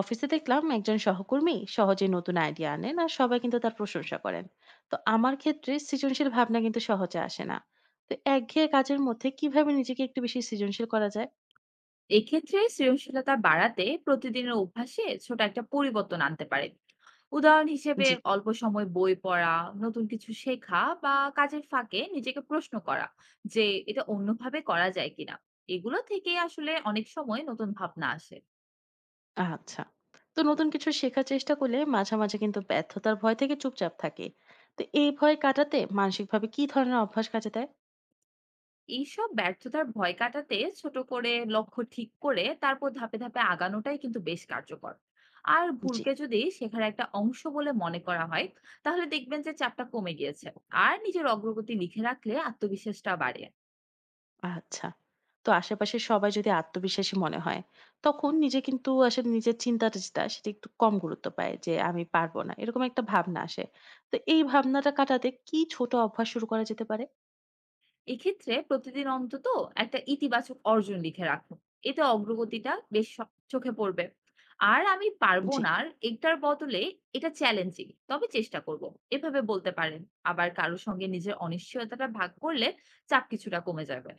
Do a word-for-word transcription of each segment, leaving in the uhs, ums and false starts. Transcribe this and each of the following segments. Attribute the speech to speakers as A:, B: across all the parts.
A: অফিসে দেখলাম একজন সহকর্মী সহজে নতুন আইডিয়া আনেন আর সবাই কিন্তু তার প্রশংসা করেন। তো আমার ক্ষেত্রে সৃজনশীল ভাবনা কিন্তু সহজে আসে না। তো একঘেয়ে কাজের মধ্যে কিভাবে নিজেকে একটু বেশি সৃজনশীল করা যায়?
B: এক্ষেত্রে সৃজনশীলতা বাড়াতে প্রতিদিনের অভ্যাসে ছোট একটা পরিবর্তন আনতে পারে। উদাহরণ হিসেবে
A: জি।
B: অল্প সময় বই পড়া, নতুন কিছু শেখা বা কাজের ফাঁকে নিজেকে প্রশ্ন করা যে এটা অন্যভাবে করা যায় কিনা। এগুলো থেকে আসলে অনেক সময় নতুন ভাবনা আসে।
A: আচ্ছা। তো নতুন কিছু শেখার চেষ্টা করলে মাঝে মাঝে কিন্তু ব্যর্থতার ভয় থেকে চুপচাপ থাকে। তো এই ভয় কাটাতে মানসিকভাবে কি ধরনের অভ্যাস কাজে দেয়?
B: এইসব ব্যর্থতার ভয় কাটাতে ছোট করে লক্ষ্য ঠিক করে তারপর ধাপে ধাপে আগানোটাই কিন্তু বেশ কার্যকর। আর
A: জি।
B: ভুলকে যদি শেখার একটা অংশ বলে মনে করা হয়, তাহলে দেখবেন যে চাপটা কমে গিয়েছে। আর নিজের অগ্রগতি লিখে রাখলে আত্মবিশ্বাসটা বাড়ে।
A: আচ্ছা। তো আশেপাশের সবাই যদি আত্মবিশ্বাসী মনে হয়, তখন নিজে কিন্তু আসলে নিজের চিন্তাটা যেটা সেটা একটু কম গুরুত্ব পায় যে, "আমি পারবো না।" এরকম একটা ভাবনা আসে। তো এই ভাবনাটা কাটাতে কি ছোট অভ্যাস শুরু করা যেতে পারে?
B: এক্ষেত্রে প্রতিদিন অন্তত একটা ইতিবাচক অর্জন লিখে রাখুন। এতে অগ্রগতিটা বেশ স- চোখে পড়বে। আর আমি পারবো
A: জি।
B: না আর এটার বদলে এটা চ্যালেঞ্জিং তবে চেষ্টা করব, এভাবে বলতে পারেন। আবার কারোর সঙ্গে নিজের অনিশ্চয়তাটা ভাগ করলে চাপ কিছুটা কমে যাবে।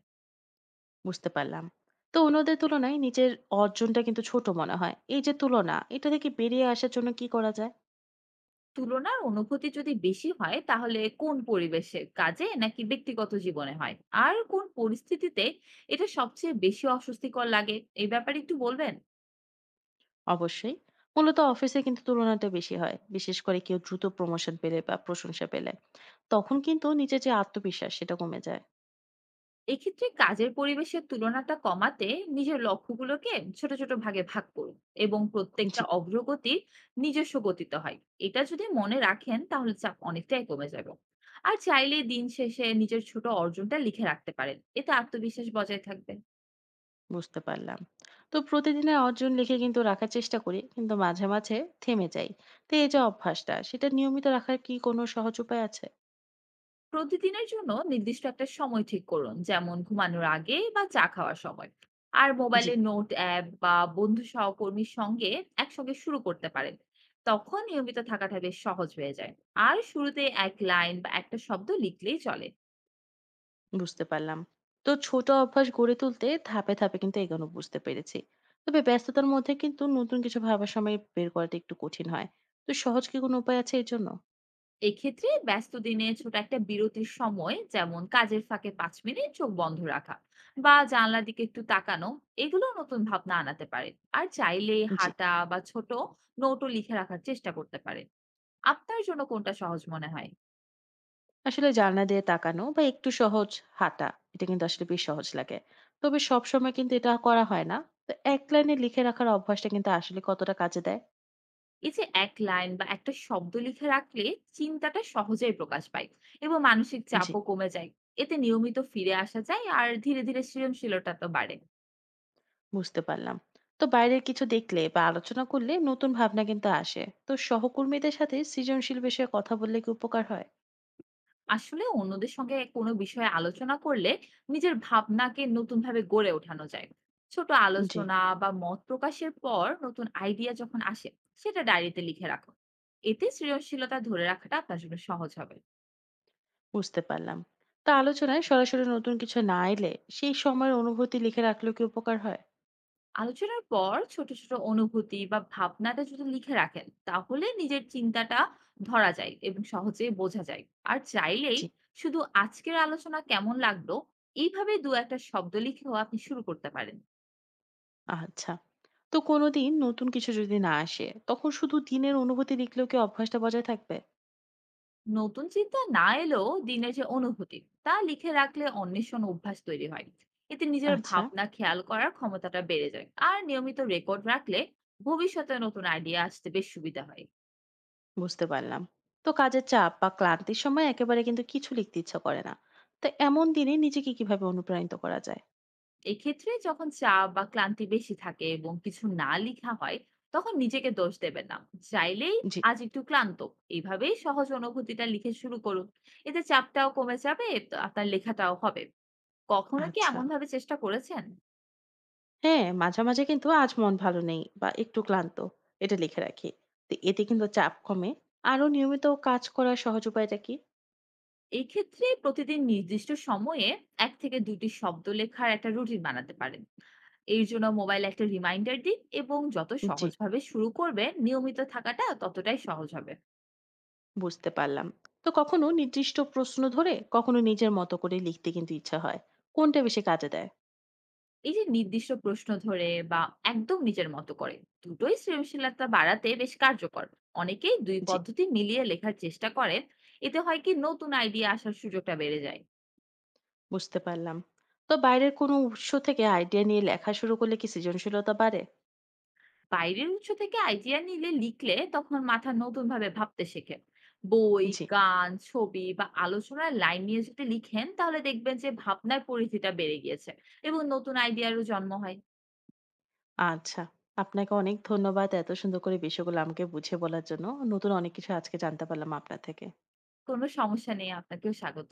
A: বুঝতে পারলাম। তো অন্যদের তুলনায় নিজের অর্জনটা কিন্তু ছোট মনে হয়। এই যে তুলনা, এটা থেকে বেরিয়ে আসার জন্য কি করা যায়?
B: তুলনার অনুভূতি যদি বেশি হয় তাহলে কোন পরিবেশে, কাজে নাকি ব্যক্তিগত জীবনে হয়, আর কোন পরিস্থিতিতে এটা সবচেয়ে বেশি অস্বস্তিকর লাগে, এই ব্যাপারে একটু বলবেন।
A: অবশ্যই। মূলত অফিসে কিন্তু তুলনাটা বেশি হয়। বিশেষ করে কেউ দ্রুত প্রমোশন পেলে বা প্রশংসা পেলে। তখন কিন্তু নিজের যে আত্মবিশ্বাস সেটা কমে যায়।
B: এক্ষেত্রে কাজের পরিবেশের তুলনাটা কমাতে নিজের লক্ষ্যগুলোকে ছোট ছোট ভাগে ভাগ করুন এবং প্রত্যেকটা
A: জি।
B: অগ্রগতির নিজস্ব গতিতে হয়, এটা যদি মনে রাখেন তাহলে চাপ অনেকটাই কমে যাবে। আর চাইলে দিন শেষে নিজের ছোট অর্জনটা লিখে রাখতে পারেন, এতে আত্মবিশ্বাস বজায় থাকবে।
A: বুঝতে পারলাম। তো প্রতিদিনের অর্জন লিখে কিন্তু রাখার চেষ্টা করি, কিন্তু মাঝে মাঝে থেমে যাই। তো এই যে অভ্যাসটা সেটা নিয়মিত রাখার কি কোনো সহজ উপায় আছে?
B: প্রতিদিনের জন্য নির্দিষ্ট একটা সময় ঠিক করুন, যেমন ঘুমানোর আগে বা চা খাওয়ার সময়। আর
A: জি।
B: মোবাইলে নোট অ্যাপ বা বন্ধু সহকর্মীর সঙ্গে একসঙ্গে শুরু করতে পারেন, তখন নিয়মিত থাকাটা বেশ সহজ হয়ে যায়। আর শুরুতে এক লাইন বা একটা শব্দ লিখলেই চলে।
A: বুঝতে পারলাম। তো ছোট অভ্যাস গড়ে তুলতে ধাপে ধাপে কিন্তু এগোনো বুঝতে পেরেছি। তবে ব্যস্ততার মধ্যে কিন্তু নতুন কিছু ভাবার সময় বের করাটা একটু কঠিন হয়। তো সহজ কি কোনো উপায় আছে এর জন্য?
B: এক্ষেত্রে ব্যস্ত দিনে ছোট একটা বিরতির সময়, যেমন কাজের ফাঁকে পাঁচ মিনিট চোখ বন্ধ রাখা বা জানলার দিকে একটু তাকানো, এগুলো নতুন ভাবনা আনাতে পারে। আর চাইলে
A: জি।
B: হাঁটা বা ছোট নোটও লিখে রাখার চেষ্টা করতে পারে। আপনার জন্য কোনটা সহজ মনে হয়?
A: আসলে জানলা দিয়ে তাকানো বা একটু সহজ হাঁটা, এটা কিন্তু আসলে বেশ সহজ লাগে। তবে সবসময় কিন্তু এটা করা হয় না। তো এক লাইনে লিখে রাখার অভ্যাসটা কিন্তু আসলে কতটা কাজে দেয়?
B: এই যে এক লাইন বা একটা শব্দ লিখে রাখলে চিন্তাটা সহজেই প্রকাশ পায় এবং মানসিক
A: জি।
B: চাপও কমে যায়। এতে নিয়মিত ফিরে আসা যায় আর ধীরে, ধীরে সৃজনশীলতা তো বাড়ে।
A: বুঝতে পারলাম। তো বাইরের কিছু দেখলে বা আলোচনা করলে নতুন ভাবনা কিন্তু আসে। তো সহকর্মীদের সাথে সৃজনশীল বিষয়ে কথা বললে কি উপকার হয়?
B: আসলে অন্যদের সঙ্গে কোনো বিষয়ে আলোচনা করলে নিজের ভাবনাকে নতুনভাবে গড়ে ওঠানো যায়। ছোট
A: জি।
B: আলোচনা বা মত প্রকাশের পর নতুন আইডিয়া যখন আসে, সেটা ডায়েরিতে লিখে রাখুন। এতে সৃজনশীলতা ধরে রাখাটা আপনার জন্য সহজ হবে।
A: বুঝতে পারলাম। তো আলোচনায় সরাসরি নতুন কিছু না এলে সেই সময়ের অনুভূতি লিখে রাখলেও কি উপকার হয়?
B: আলোচনার পর ছোট ছোট অনুভূতি বা ভাবনাটা যদি লিখে রাখেন তাহলে নিজের চিন্তাটা ধরা যায় এবং সহজেই বোঝা যায়। আর চাইলেই
A: জি।
B: শুধু আজকের আলোচনা কেমন লাগলো, এইভাবে দু একটা শব্দ লিখেও আপনি শুরু করতে পারেন।
A: আচ্ছা। তো কোনদিন নতুন কিছু যদি না আসে, তখন শুধু দিনের অনুভূতি লিখলেও কি অভ্যাসটা বজায় থাকবে?
B: নতুন চিন্তা না এলেও দিনের যে অনুভূতি তা লিখে রাখলে অন্বেষণ অভ্যাস তৈরি হয়। এতে নিজের
A: আচ্ছা,
B: ভাবনা খেয়াল করার ক্ষমতাটা বেড়ে যায় আর নিয়মিত রেকর্ড রাখলে ভবিষ্যতে নতুন আইডিয়া আসতে বেশ সুবিধা হয়।
A: বুঝতে পারলাম। তো কাজের চাপ বা ক্লান্তির সময় একেবারে কিন্তু কিছু লিখতে ইচ্ছা করে না। তো এমন দিনে নিজেকে কিভাবে অনুপ্রাণিত করা যায়?
B: এক্ষেত্রে যখন চাপ বা ক্লান্তি বেশি থাকে এবং কিছু না লিখা হয়, তখন নিজেকে দোষ দেবেন না। চাইলেই
A: জি।
B: আজ একটু ক্লান্ত, এইভাবেই সহজ অনুভূতিটা লিখে শুরু করুন। এতে চাপটাও কমে যাবে তো আপনার লেখাটাও হবে। কখনো কি
A: আচ্ছা।
B: এমন ভাবে চেষ্টা করেছেন?
A: হ্যাঁ, মাঝে মাঝে কিন্তু আজ মন ভালো নেই বা একটু ক্লান্ত, এটা লিখে রাখি। তো এতে কিন্তু চাপ কমে। আরো নিয়মিত কাজ করার সহজ উপায়টা কি?
B: এই ক্ষেত্রে প্রতিদিন নির্দিষ্ট সময়ে এক থেকে দুটি শব্দ লেখার একটা রুটিন বানাতে পারেন। এই জন্য মোবাইল একটা রিমাইন্ডার দিন এবং যত
A: জি।
B: সহজভাবে শুরু করবে নিয়মিত থাকাটা ততটাই সহজ হবে।
A: বুঝতে পারলাম। তো কখনো নির্দিষ্ট প্রশ্ন ধরে, কখনো নিজের মতো করে লিখতে কিন্তু ইচ্ছা হয়। কোনটা বেশি কাজে দেয়?
B: এই যে নির্দিষ্ট প্রশ্ন ধরে বা একদম নিজের মতো করে, দুটোই সৃজনশীলতা বাড়াতে বেশ কার্যকর। অনেকেই দুই
A: জি।
B: পদ্ধতি মিলিয়ে লেখার চেষ্টা করেন, এতে হয় কি নতুন আইডিয়া আসার সুযোগটা বেড়ে যায়।
A: বুঝতে পারলাম। তো বাইরের কোনো উৎস থেকে আইডিয়া নিয়ে লেখা শুরু করলে কি সৃজনশীলতা বাড়ে?
B: বাইরের উৎস থেকে আইডিয়া নিলে লিখলে তখন মাথা নতুন ভাবে ভাবতে শেখে। বই,
A: জি।
B: গান, ছবি বা আলোচনার লাইন নিয়ে যদি লিখেন তাহলে দেখবেন যে ভাবনার পরিধিটা বেড়ে গিয়েছে এবং নতুন আইডিয়ারও জন্ম হয়।
A: আচ্ছা। আপনাকে অনেক ধন্যবাদ এত সুন্দর করে বিষয়গুলো আমাকে বুঝে বলার জন্য। নতুন অনেক কিছু আজকে জানতে পারলাম আপনার থেকে।
B: কোনো সমস্যা নেই, আপনাকেও স্বাগত।